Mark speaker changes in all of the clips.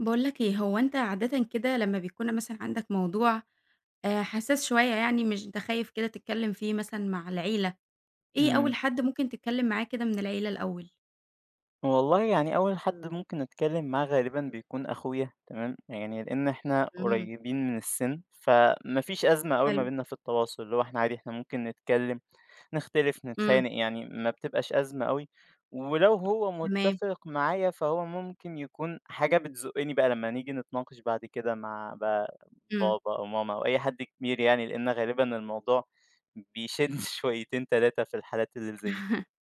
Speaker 1: باقول لك إيه، هو أنت عادةً كده لمّا بيكون مثلًا عندك موضوع حساس شوية يعني مش أنت خايف كده تتكلّم فيه مثلًا مع العيلة، إيه أول
Speaker 2: إمم.
Speaker 1: حد ممكن تتكلّم معاه كده من العيلة الأول؟
Speaker 2: والله يعني أول حد ممكن أتكلّم معاه غالبًا بيكون أخويا، تمام، يعني لإن إحنا
Speaker 1: إمم،
Speaker 2: قريّبين من السِن، فما فيش أزمة أوي
Speaker 1: حلو،
Speaker 2: ما بيننا في التواصل، اللي هو إحنا عادي إحنا ممكن نتكلّم، نختلف،
Speaker 1: إمم.
Speaker 2: نتخانق، يعني ما بتبقاش أزمة أوي، ولو هو
Speaker 1: تمام،
Speaker 2: متّفق معايا فهو ممكن يكون حاجة بتزُقّني بقى لمّا نيجي نتناقش بعد كده مع بقى
Speaker 1: إمم.
Speaker 2: بابا أو ماما أو أي حد كبير، يعني لإن غالبًا الموضوع بيشِد شويتين، 3 في الحالات اللي زي.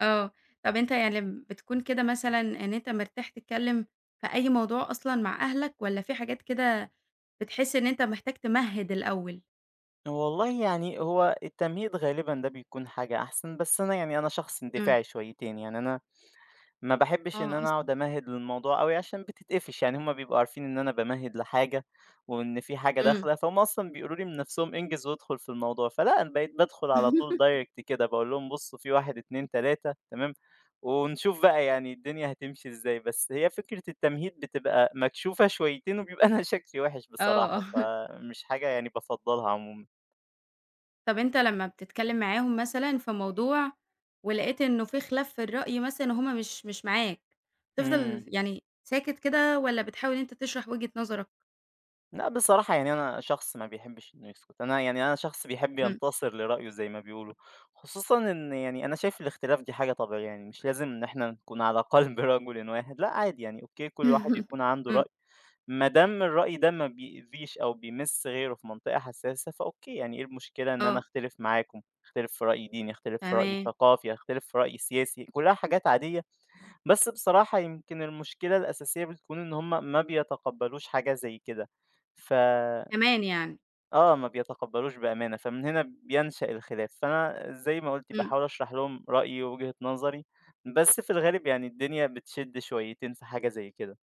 Speaker 1: آه، طب أنت يعني بتكون كده مثلًا إن أنت مرتاح تتكلّم في أي موضوع أصلًا مع أهلك والّا في حاجات كده بتحس إن أنت محتاج تمهِّد الأول؟
Speaker 2: والله يعني هو التمهيد غالبًا ده بيكون حاجة أحسن، بس أنا يعني أنا شخص
Speaker 1: إمم.
Speaker 2: اندفاعي شويتين، يعني أنا ما باحبش إن
Speaker 1: آه،
Speaker 2: أنا
Speaker 1: أصلًا.
Speaker 2: أقعد أمهِّد للموضوع أوي عشان بتتقفش، يعني هُم بيبقوا عارفين إن أنا بامهِّد لحاجة وإن في حاجة
Speaker 1: إمم.
Speaker 2: داخلة، فهُم أصلًا بيقولوا لي من نَفْسهم انجز وادخل في الموضوع، فلأ أنا بقيت بادخل على طول direct كده باقول لهم بُصّوا في 1، 2، 3، تمام، ونشوف بقى يعني الدنيا هتمشي إزاي. بس هي فكرة التمهيد بتبقى مكشوفة شويتين وبيبقى أنا شكلي وِحِش
Speaker 1: آه.
Speaker 2: بصراحة، فمش حاجة يعني بافضّلها عمومًا.
Speaker 1: طب أنت لمّا بتتكلّم معاهم مثلًا في موضوع ولقيت إنه في خلاف في الرأي مثلًا وهُم مش معاك، تفضل
Speaker 2: إمم.
Speaker 1: يعني ساكت كده والّا بتحاول إن أنت تشرح وجهة نظرك؟
Speaker 2: لأ بصراحة يعني أنا شخص ما بيحبّش إنه يسكُت، أنا يعني أنا شخص بيحب
Speaker 1: إمم.
Speaker 2: ينتصر لرأيه زي ما بيقولوا، خصوصًا إن يعني أنا شايف الاختلاف دي حاجة طبيعية، يعني مش لازم إن إحنا نكون على قَلب رجل واحد، لأ عادي يعني أوكي كل واحد يكون عنده
Speaker 1: إمم.
Speaker 2: رأي، ما دام الرأي ده ما بيأذيش أو بيمِس غيره في منطقة حساسة فأوكي، يعني إيه المشكلة إن أنا
Speaker 1: آه،
Speaker 2: أختلف معاكم، أختلف في رأي ديني، أختلف في رأي
Speaker 1: تمام.
Speaker 2: ثقافي، أختلف في رأي سياسي، كُلّها حاجات عادية. بس بصراحة يمكن المشكلة الأساسية بتكون إن هم ما بيتقبّلوش حاجة زي كده، ف
Speaker 1: كمان يعني.
Speaker 2: آه، ما بيتقبّلوش بأمانة، فمن هنا بينشأ الخلاف، فأنا زي ما قُلت
Speaker 1: إمم.
Speaker 2: باحاول أشرح لهم رأيي ووجهة نظري، بس في الغالب يعني الدنيا بتشِد شويتين في حاجة زي كده.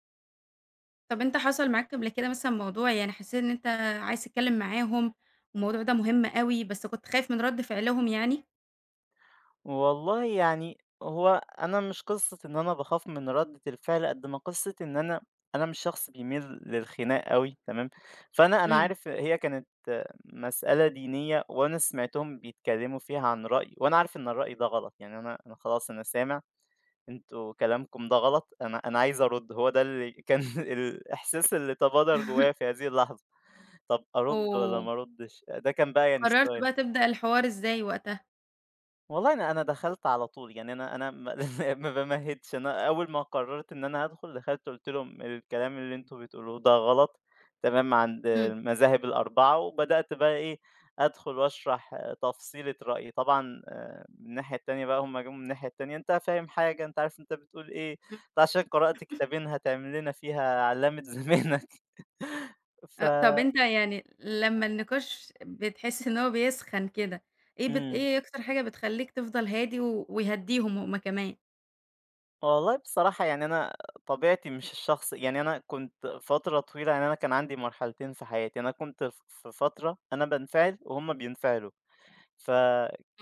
Speaker 1: طب أنت حصل معاك قبل كده مثلًا موضوع يعني حسّيت إن أنت عايز تتكلّم معاهم والموضوع ده مهم أوي بس كنت خايف من رَد فعلهم يعني؟
Speaker 2: والله يعني هو أنا مش قصة إن أنا باخاف من ردّة الفعل قد ما قصة إن أنا مش شخص بيميل للخناق أوي، تمام، فأنا
Speaker 1: إمم.
Speaker 2: عارف. هي كانت مسألة دينية وأنا سمعتهم بيتكلموا فيها عن رأي وأنا عارف إن الرأي ده غلط، يعني أنا خلاص أنا سامع أنتوا كلامكم ده غلط، أنا عايز أرد، هو ده اللي كان الإحساس اللي تبادر جوايا في هذه اللحظة، طب أرد ولا
Speaker 1: أوه!
Speaker 2: ما أردش، ده كان بقى يعني
Speaker 1: قررت
Speaker 2: ستايل.
Speaker 1: بقى تبدأ الحوار إزاي وقتها؟
Speaker 2: والله أنا دخلت على طول، يعني أنا ما ما بامهِّدش، أنا أول ما قرّرت إن أنا هادخل، دخلت قُلت لهم: "الكلام اللي أنتم بتقولوه ده غلط، تمام، عند
Speaker 1: إمم.
Speaker 2: المذاهب الأربعة." وبدأت بقى إيه، أدخل وأشرح آه، تفصيلة رأيي. طبعًا من الناحية التانية بقى هم جُم من الناحية التانية: "أنت فاهم حاجة، أنت عارف أنت بتقول إيه،
Speaker 1: إمم.
Speaker 2: أنت عشان قرأت كتابين هتعمل لنا فيها علامة زمانك." ف
Speaker 1: آه، طب أنت يعني لمّا النقاش بتحس إن هو بيسخن كده، إيه
Speaker 2: إمم.
Speaker 1: إيه أكتر حاجة بتخلّيك تفضل هادي ويهدّيهم هُم كمان؟
Speaker 2: والله بصراحة يعني أنا طبيعتي مش الشخص، يعني أنا كنت فترة طويلة، يعني أنا كان عندي مرحلتين في حياتي، أنا كنت في فترة أنا بنفعل وهم بينفعلوا،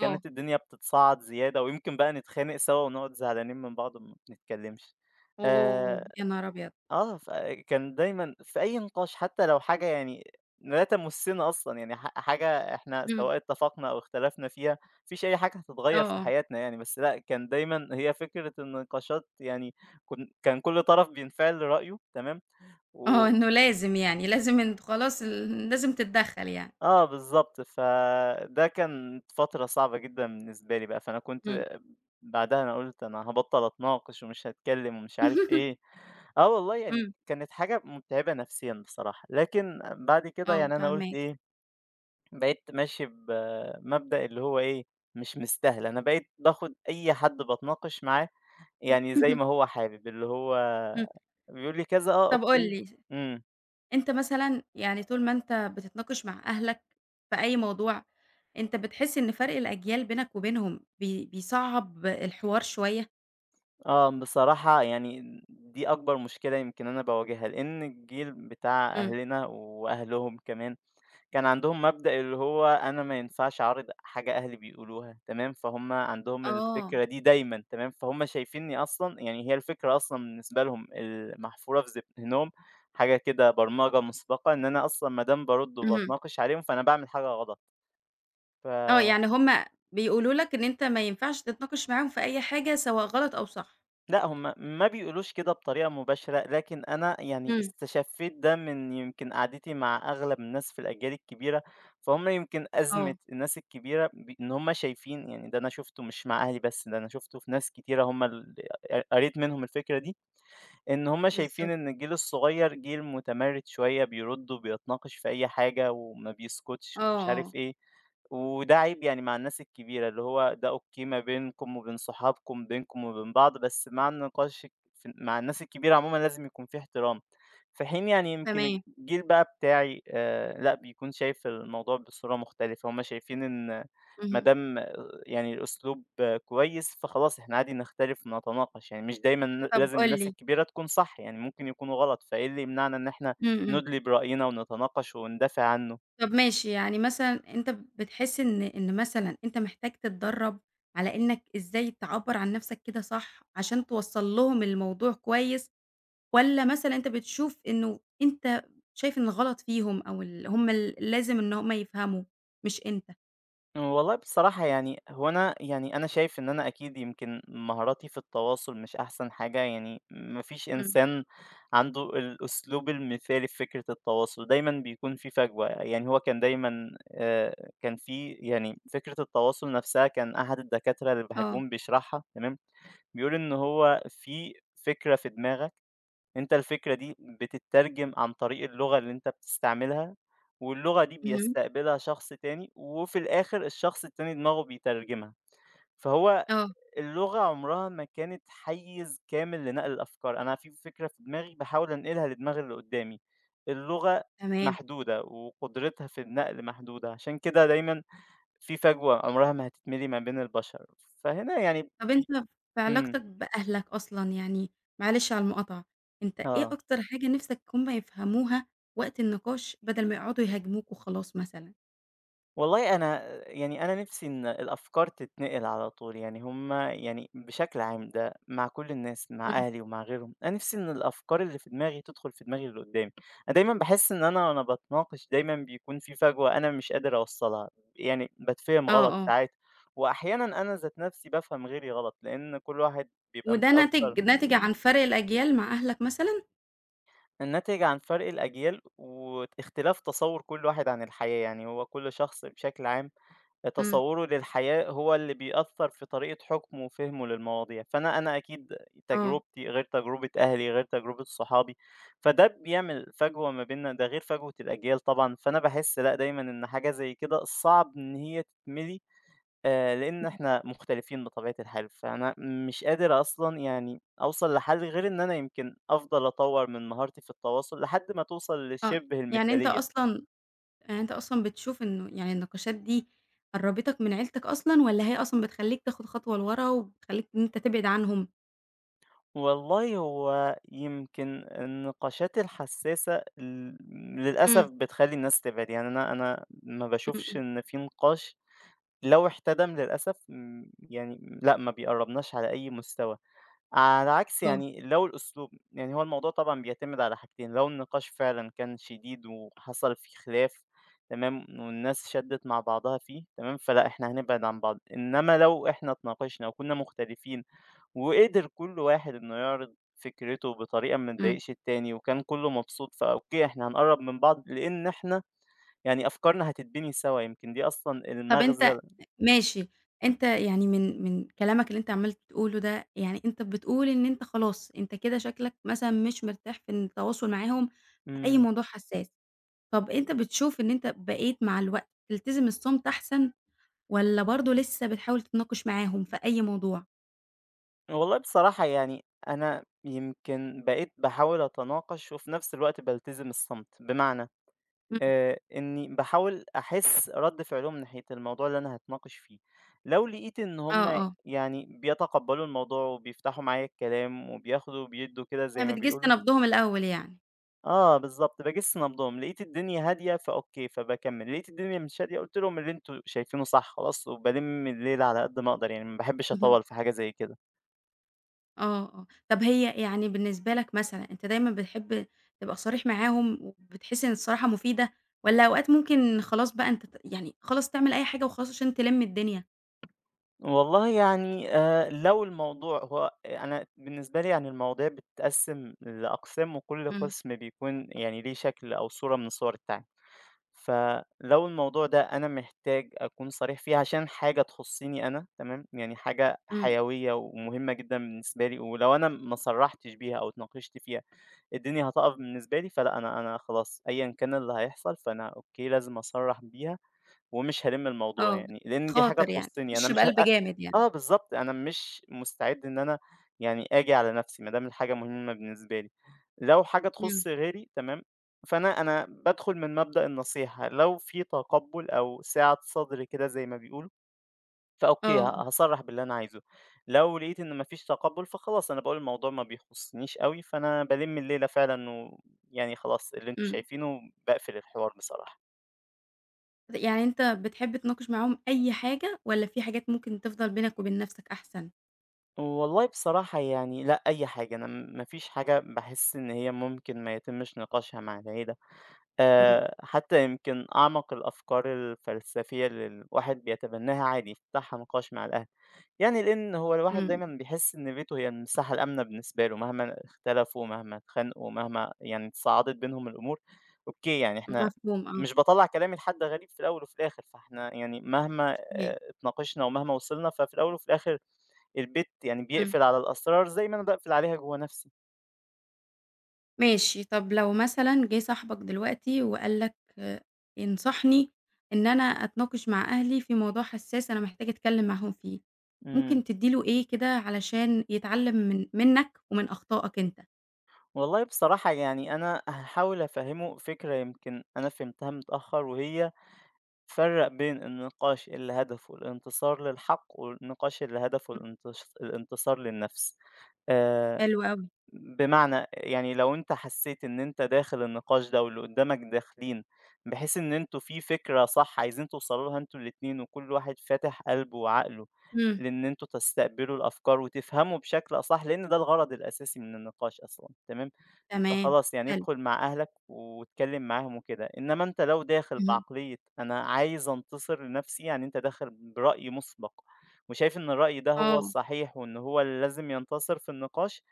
Speaker 1: آه،
Speaker 2: الدنيا بتتصاعد زيادة ويمكن بقى نتخانق سوا ونقعد زعلانين من بعض وما بنتكلمش.
Speaker 1: أوه!
Speaker 2: آه،
Speaker 1: يا نهار أبيض!
Speaker 2: آه، فكان دايمًا في أي نقاش حتى لو حاجة يعني لا تمُسّنا أصلًا، يعني حاجة إحنا
Speaker 1: إمم.
Speaker 2: سواء اتفقنا أو اختلفنا فيها، ما فيش أي حاجة
Speaker 1: آه،
Speaker 2: هتتغيّر في
Speaker 1: آه،
Speaker 2: حياتنا يعني، بس لأ، كان دايمًا هي فكرة النقاشات، يعني كان كل طرف بينفعل لرأيه، تمام،
Speaker 1: آه،
Speaker 2: و
Speaker 1: إنه لازم يعني، لازم أنتم خلاص لازم تتدخّل يعني.
Speaker 2: آه بالضبط، فده كانت فترة صعبة جدًا بالنسبة لي بقى. فأنا
Speaker 1: إمم.
Speaker 2: كنت بعدها أنا قُلت أنا هابطّل أتناقش ومش هاتكلّم ومش عارف إيه، آه والله يعني
Speaker 1: إمم.
Speaker 2: كانت حاجة مُتعبة نفسيًا بصراحة، لكن بعد كده
Speaker 1: آه،
Speaker 2: يعني أنا قُلت
Speaker 1: فاهماك.
Speaker 2: إيه، بقيت ماشي بمبدأ اللي هو إيه، مش مستاهلة، أنا بقيت باخُد أي حد باتناقش معاه يعني زي ما هو حابب، اللي هو
Speaker 1: إمم،
Speaker 2: بيقول لي كذا آه
Speaker 1: طب قُل
Speaker 2: أوكي.
Speaker 1: لي،
Speaker 2: إمم.
Speaker 1: أنت مثلًا يعني طول ما أنت بتتناقش مع أهلك في أي موضوع، أنت بتحس إن فرق الأجيال بينك وبينهم بيصعّب الحوار شوية؟
Speaker 2: آه، بصراحة يعني دي أكبر مشكلة يمكن أنا باواجهها، لإن الجيل بتاع
Speaker 1: إمم.
Speaker 2: أهلنا وأهلهم كمان كان عندهم مبدأ اللي هو أنا ما ينفعش أعارض حاجة أهلي بيقولوها، تمام، فهُم عندهم
Speaker 1: آه.
Speaker 2: الفكرة دي دايمًا، تمام، فهُم شايفينّي أصلًا يعني هي الفكرة أصلًا بالنسبة لهم محفورة في ذهنهم، حاجة كده برمجة مسبقة، إن أنا أصلًا ما دام بارُد
Speaker 1: اهم.
Speaker 2: وباتناقش عليهم فأنا باعمل حاجة غلط، ف
Speaker 1: آه. يعني هم بيقولوا لك إن أنت ما ينفعش تتناقش معاهم في أي حاجة سواء غلط أو صح.
Speaker 2: لأ، هم ما بيقولوش كده بطريقة مباشرة، لكن أنا يعني
Speaker 1: إمم.
Speaker 2: استشفيت ده من يمكن قعدتي مع أغلب الناس في الأجيال الكبيرة، فهُم يمكن أزمة
Speaker 1: آه.
Speaker 2: الناس الكبيرة إن هم شايفين، يعني ده أنا شُفته مش مع أهلي بس، ده أنا شُفته في ناس كتيرة هم قريت منهم الفكرة دي، إن هم شايفين
Speaker 1: بالضبط.
Speaker 2: إن الجيل الصغير جيل متمرد شوية بيرد وبيتناقش في أي حاجة وما بيسكتش
Speaker 1: آه،
Speaker 2: ومش عارف
Speaker 1: آه.
Speaker 2: إيه، وده عيب يعني مع الناس الكبيرة، اللي هو ده أوكي ما بينكم وبين صحابكم بينكم وبين بعض، بس مع النقاش مع الناس الكبيرة عموما لازم يكون في احترام، في حين يعني يمكن
Speaker 1: تمام.
Speaker 2: الجيل بقى بتاعي آه، لا بيكون شايف الموضوع بصورة مختلفة. هما شايفين إن
Speaker 1: اهم.
Speaker 2: مادام يعني الأسلوب كويس، فخلاص إحنا عادي نختلف ونتناقش، يعني مش دايمًا
Speaker 1: طب
Speaker 2: لازم
Speaker 1: قُل
Speaker 2: الناس
Speaker 1: لي
Speaker 2: الكبيرة تكون صح، يعني ممكن يكونوا غلط، فإيه اللي يمنعنا إن إحنا
Speaker 1: إمم، إمم.
Speaker 2: نُدلي برأينا ونتناقش وندافع عنه؟
Speaker 1: طب ماشي. يعني مثلًا أنت بتحس إن مثلًا أنت محتاج تتدرّب على إنّك إزاي تعبّر عن نَفْسك كده صح عشان توصّل لهم الموضوع كويس والّا مثلًا أنت بتشوف إنه أنت شايف إن غلط فيهم أو هم لازم إن هم يفهموا مش أنت؟
Speaker 2: والله بصراحة يعني هو أنا يعني أنا شايف إن أنا أكيد يمكن مهاراتي في التواصل مش أحسن حاجة، يعني ما فيش
Speaker 1: إمم.
Speaker 2: إنسان عنده الأسلوب المثالي في فكرة التواصل، دايمًا بيكون في فجوة. يعني هو كان دايمًا كان في يعني فكرة التواصل نفسها، كان أحد الدكاترة اللي
Speaker 1: آه،
Speaker 2: باحبهم بيشرحها، تمام؟ بيقول إن هو في فكرة في دماغك، أنت الفكرة دي بتتّرجم عن طريق اللغة اللي أنت بتستعملها، واللغة دي
Speaker 1: اهم،
Speaker 2: بيستقبلها شخص تاني، وفي الآخر الشخص التاني دماغه بيترجمها، فهو
Speaker 1: آه،
Speaker 2: اللغة عمرها ما كانت حيّز كامل لنقل الأفكار، أنا في فكرة في دماغي باحاول أنقلها لدماغ اللي قدّامي، اللغة
Speaker 1: تمام.
Speaker 2: محدودة وقدرتها في النقل محدودة، عشان كده دايمًا في فجوة عمرها ما هتتملي ما بين البشر، فهنا يعني
Speaker 1: طَب أنت
Speaker 2: بي
Speaker 1: في
Speaker 2: إمم،
Speaker 1: علاقتك بأهلك أصلًا يعني معلش على المقاطعة، أنت إيه
Speaker 2: آه.
Speaker 1: أكتر حاجة نِفْسك هُم يفهموها وقت النقاش بدل ما يقعدوا يهاجموك وخلاص مثلًا؟
Speaker 2: والله أنا يعني أنا نِفْسي إن الأفكار تتنقل على طول، يعني هم يعني بشكل عام ده مع كل الناس، مع
Speaker 1: إمم،
Speaker 2: أهلي ومع غيرهم، أنا نِفْسي إن الأفكار اللي في دماغي تدخل في دماغ اللي قدّامي، أنا دايمًا باحس إن أنا وأنا باتناقش دايمًا بيكون في فجوة أنا مش قادر أوصّلها، يعني باتفهم
Speaker 1: آه،
Speaker 2: غلط
Speaker 1: آه،
Speaker 2: ساعات، وأحيانًا أنا ذات نَفْسي بافهم غيري غلط، لإن كل واحد بيبقى
Speaker 1: وده
Speaker 2: متأثّر.
Speaker 1: ناتج عن فرق الأجيال مع أهلك مثلًا؟
Speaker 2: الناتج عن فرق الأجيال واختلاف تصوُّر كل واحد عن الحياة، يعني هو كل شخص بشكل عام
Speaker 1: إمم،
Speaker 2: تصوّره للحياة هو اللي بيأثّر في طريقة حُكمه وفهمه للمواضيع، فأنا أكيد
Speaker 1: آه،
Speaker 2: تجربتي غير تجربة أهلي، غير تجربة صحابي، فده بيعمل فجوة ما بيننا، ده غير فجوة الأجيال طبعًا، فأنا باحس لأ، دايمًا إن حاجة زي كده صعب إن هي تتمِلي، لإن إحنا مختلفين بطبيعة الحال، فأنا مش قادر أصلًا يعني أوصل لحل غير إن أنا يمكن أفضل أطوّر من مهارتي في التواصل لحد ما توصل
Speaker 1: آه،
Speaker 2: لشِبه
Speaker 1: يعني أنت
Speaker 2: المثالية.
Speaker 1: أصلًا يعني أنت أصلًا بتشوف إنه يعني النقاشات دي قرّبتك من عيلتك أصلًا والّا هي أصلًا بتخلّيك تاخد خطوة لورا وبتخلّيك إن أنت تبعد عنهم؟
Speaker 2: والله هو يمكن النقاشات الحساسة للأسف
Speaker 1: إمم،
Speaker 2: بتخلّي الناس تبعد، يعني أنا ما
Speaker 1: إمم،
Speaker 2: باشوفش
Speaker 1: إمم،
Speaker 2: إن في نقاش لو احتدم، للأسف يعني لأ، ما بيقرّبناش على أي مستوى، على عكس
Speaker 1: آه،
Speaker 2: يعني لو الأسلوب، يعني هو الموضوع طبعًا بيعتمد على حاجتين، لو النقاش فعلًا كان شديد وحصل فيه خلاف، تمام، والناس شدِّت مع بعضها فيه، تمام، فلأ، إحنا هنبعد عن بعض، إنما لو إحنا اتناقشنا وكُنّا مختلفين وقدر كل واحد إنه يعرض فكرته بطريقة ما
Speaker 1: إمم.
Speaker 2: تضايقش التاني، وكان كله مبسوط، فأوكي إحنا هنقرّب من بعض لإن إحنا يعني أفكارنا هتتبني سوا، يمكن دي أصلًا
Speaker 1: طب أنت
Speaker 2: المغزى.
Speaker 1: ماشي، أنت يعني من كلامك اللي أنت عمّال بتقوله ده، يعني أنت بتقول إن أنت خلاص، أنت كده شكلك مثلًا مش مرتاح في التواصل معاهم في أي
Speaker 2: إمم،
Speaker 1: موضوع حساس، طب أنت بتشوف إن أنت بقيت مع الوقت تلتزم الصمت أحسن والّا برضه لسه بتحاول تتناقش معاهم في أي موضوع؟
Speaker 2: والله بصراحة يعني أنا يمكن بقيت باحاول أتناقش وفي نفس الوقت بالتزم الصمت، بمعنى
Speaker 1: إمم،
Speaker 2: إني باحاول أحس رد فعلهم ناحية الموضوع اللي أنا هاتناقش فيه، لو لقيت إن
Speaker 1: آه،
Speaker 2: هُم
Speaker 1: آه،
Speaker 2: يعني بيتقبّلوا الموضوع وبيفتحوا معايا الكلام وبياخدوا وبيدّوا كده زي
Speaker 1: يعني
Speaker 2: ما
Speaker 1: بتجِس
Speaker 2: بيقولوا،
Speaker 1: نبضهم الأول يعني.
Speaker 2: آه بالضبط، باجِس نبضهم، لقيت الدنيا هادية فأوكي، فباكمّل، لقيت الدنيا مش هادية قُلت لهم اللي أنتم شايفينه صح خلاص، وبالِم الليل على قد ما أقدر يعني، ما باحبش
Speaker 1: اهم.
Speaker 2: أطوّل في حاجة زي كده.
Speaker 1: آه، آه. طب هي يعني بالنسبة لك مثلًا أنت دايمًا بتحب تبقى صريح معاهم وبتحس إن الصراحة مفيدة والّا أوقات ممكن خلاص بقى أنت يعني خلاص تعمل أي حاجة وخلاص عشان تلِم الدنيا؟
Speaker 2: والله يعني لو الموضوع هو أنا بالنسبة لي يعني المواضيع بتتقسّم لأقسام، وكل
Speaker 1: إمم،
Speaker 2: قسم بيكون يعني ليه شكل أو صورة من صور التعليم. فلو الموضوع ده أنا محتاج أكون صريح فيه عشان حاجة تخصني أنا، تمام، يعني حاجة
Speaker 1: إمم.
Speaker 2: حيوية ومهمة جدًا بالنسبة لي، ولو أنا ما صرحتش بيها أو اتناقشت فيها الدنيا هتقف بالنسبة لي، فلأ أنا خلاص أيًا كان اللي هيحصل فأنا أوكي لازم أصرّح بيها. ومش هالِم الموضوع
Speaker 1: آه،
Speaker 2: يعني، لإن دي حاجة
Speaker 1: بتخاطر يعني،
Speaker 2: تخُصّني أنا،
Speaker 1: بتخش
Speaker 2: مش ه
Speaker 1: بقلب
Speaker 2: أ
Speaker 1: جامد يعني.
Speaker 2: آه بالضبط، أنا مش مستعد إن أنا يعني آجي على نَفْسي ما دام الحاجة مهمة بالنسبة لي. لو حاجة
Speaker 1: إمم.
Speaker 2: تخُص غيري، تمام، فأنا بادخُل من مبدأ النصيحة، لو في تقبُّل أو سعة صدر كده زي ما بيقولوا، فأوكي
Speaker 1: آه، إمم.
Speaker 2: هاصرّح باللي أنا عايزه، لو لقيت إن ما فيش تقبُّل فخلاص أنا باقول الموضوع ما بيخُصّنيش أوي، فأنا بالِم الليلة فعلًا و يعني خلاص اللي أنتم
Speaker 1: إمم.
Speaker 2: شايفينه، باقفل الحوار بصراحة.
Speaker 1: يعني أنت بتحب تناقش معاهم أي حاجة والّا في حاجات ممكن تفضل بينك وبين نَفْسك أحسن؟
Speaker 2: والله بصراحة يعني لأ أي حاجة، أنا ما فيش حاجة باحس إن هي ممكن ما يتمش نقاشها مع العيلة،
Speaker 1: إمم.
Speaker 2: حتى يمكن أعمق الأفكار الفلسفية اللي الواحد بيتبناها عادي يفتحها نقاش مع الأهل، يعني لإن هو الواحد
Speaker 1: إمم.
Speaker 2: دايمًا بيحس إن بيته هي المساحة الآمنة بالنسبة له مهما اختلفوا، مهما اتخانقوا، مهما يعني تصاعدت بينهم الأمور، أوكي يعني إحنا
Speaker 1: مفهوم آه،
Speaker 2: مش باطلّع كلامي لحد غريب في الأول وفي الآخر، فإحنا يعني مهما
Speaker 1: صحيح.
Speaker 2: اتناقشنا ومهما وصلنا، ففي الأول وفي الآخر البيت يعني
Speaker 1: إمم.
Speaker 2: بيقفل على الأسرار زي ما أنا باقفل عليها جوّه نفسي.
Speaker 1: ماشي، طب لو مثلًا جه صاحبك دلوقتي وقال لك ينصحني إن أنا أتناقش مع أهلي في موضوع حساس أنا محتاج أتكلم معاهم فيه،
Speaker 2: إمم.
Speaker 1: ممكن تدّي له إيه كده علشان يتعلم من منّك ومن أخطائك أنت؟
Speaker 2: والله بصراحة يعني أنا هاحاول أفهّمه فكرة يمكن أنا فهمتها متأخّر وهي: فرّق بين النقاش اللي هدفه الانتصار للحق والنقاش اللي هدفه
Speaker 1: إمم.
Speaker 2: الانتصار للنفس. آآ
Speaker 1: حلو أوي،
Speaker 2: بمعنى يعني لو أنت حسيت إن أنت داخل النقاش ده واللي قدامك داخلين، بحيث إن أنتم في فكرة صح عايزين توصلوا لها أنتم الاتنين وكل واحد فاتح قلبه وعقله
Speaker 1: إمم،
Speaker 2: لإن أنتم تستقبلوا الأفكار وتفهموا بشكل أصح، لإن ده الغرض الأساسي من النقاش أصلًا، تمام؟
Speaker 1: تمام،
Speaker 2: فخلاص يعني
Speaker 1: حلو،
Speaker 2: ادخل مع أهلك واتكلم معاهم وكده، إنما أنت لو داخل
Speaker 1: اهم.
Speaker 2: بعقلية أنا عايز أنتصر لنفسي، يعني أنت داخل برأي مسبق وشايف إن الرأي ده هو
Speaker 1: آه،
Speaker 2: الصحيح وإن هو اللي لازم ينتصر في النقاش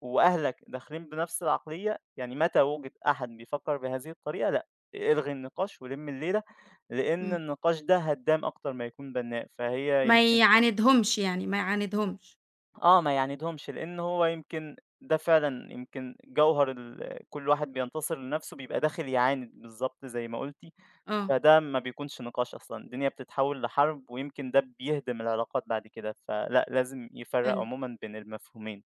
Speaker 2: وأهلك داخلين بنفس العقلية، يعني متى وُجد أحد بيفكّر بهذه الطريقة لأ، الغي النقاش ولِم الليلة، لإن
Speaker 1: إمم،
Speaker 2: النقاش ده هدّام أكتر ما يكون بنّاء. فهي
Speaker 1: ما
Speaker 2: يمكن
Speaker 1: يعاندهمش يعني، ما يعاندهمش،
Speaker 2: آه، ما يعاندهمش لإن هو يمكن ده فعلًا يمكن جوهر كل واحد بينتصر لنَفْسه بيبقى داخل يعاند بالضبط زي ما قُلتِ،
Speaker 1: آه،
Speaker 2: فده ما بيكونش نقاش أصلًا، الدنيا بتتحوّل لحرب ويمكن ده بيهدم العلاقات بعد كده، فلأ لازم يفرّق
Speaker 1: حلو،
Speaker 2: عمومًا بين المفهومين.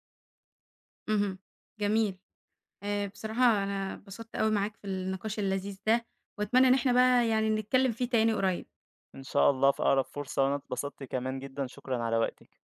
Speaker 1: اهم، جميل، بصراحة أنا اتبسطت أوي معاك في النقاش اللذيذ ده، وأتمنى إن إحنا بقى يعني نتكلم فيه تاني قريب.
Speaker 2: إن شاء الله في أقرب فرصة، وأنا اتبسطت كمان جدًا، شكرًا على وقتِك.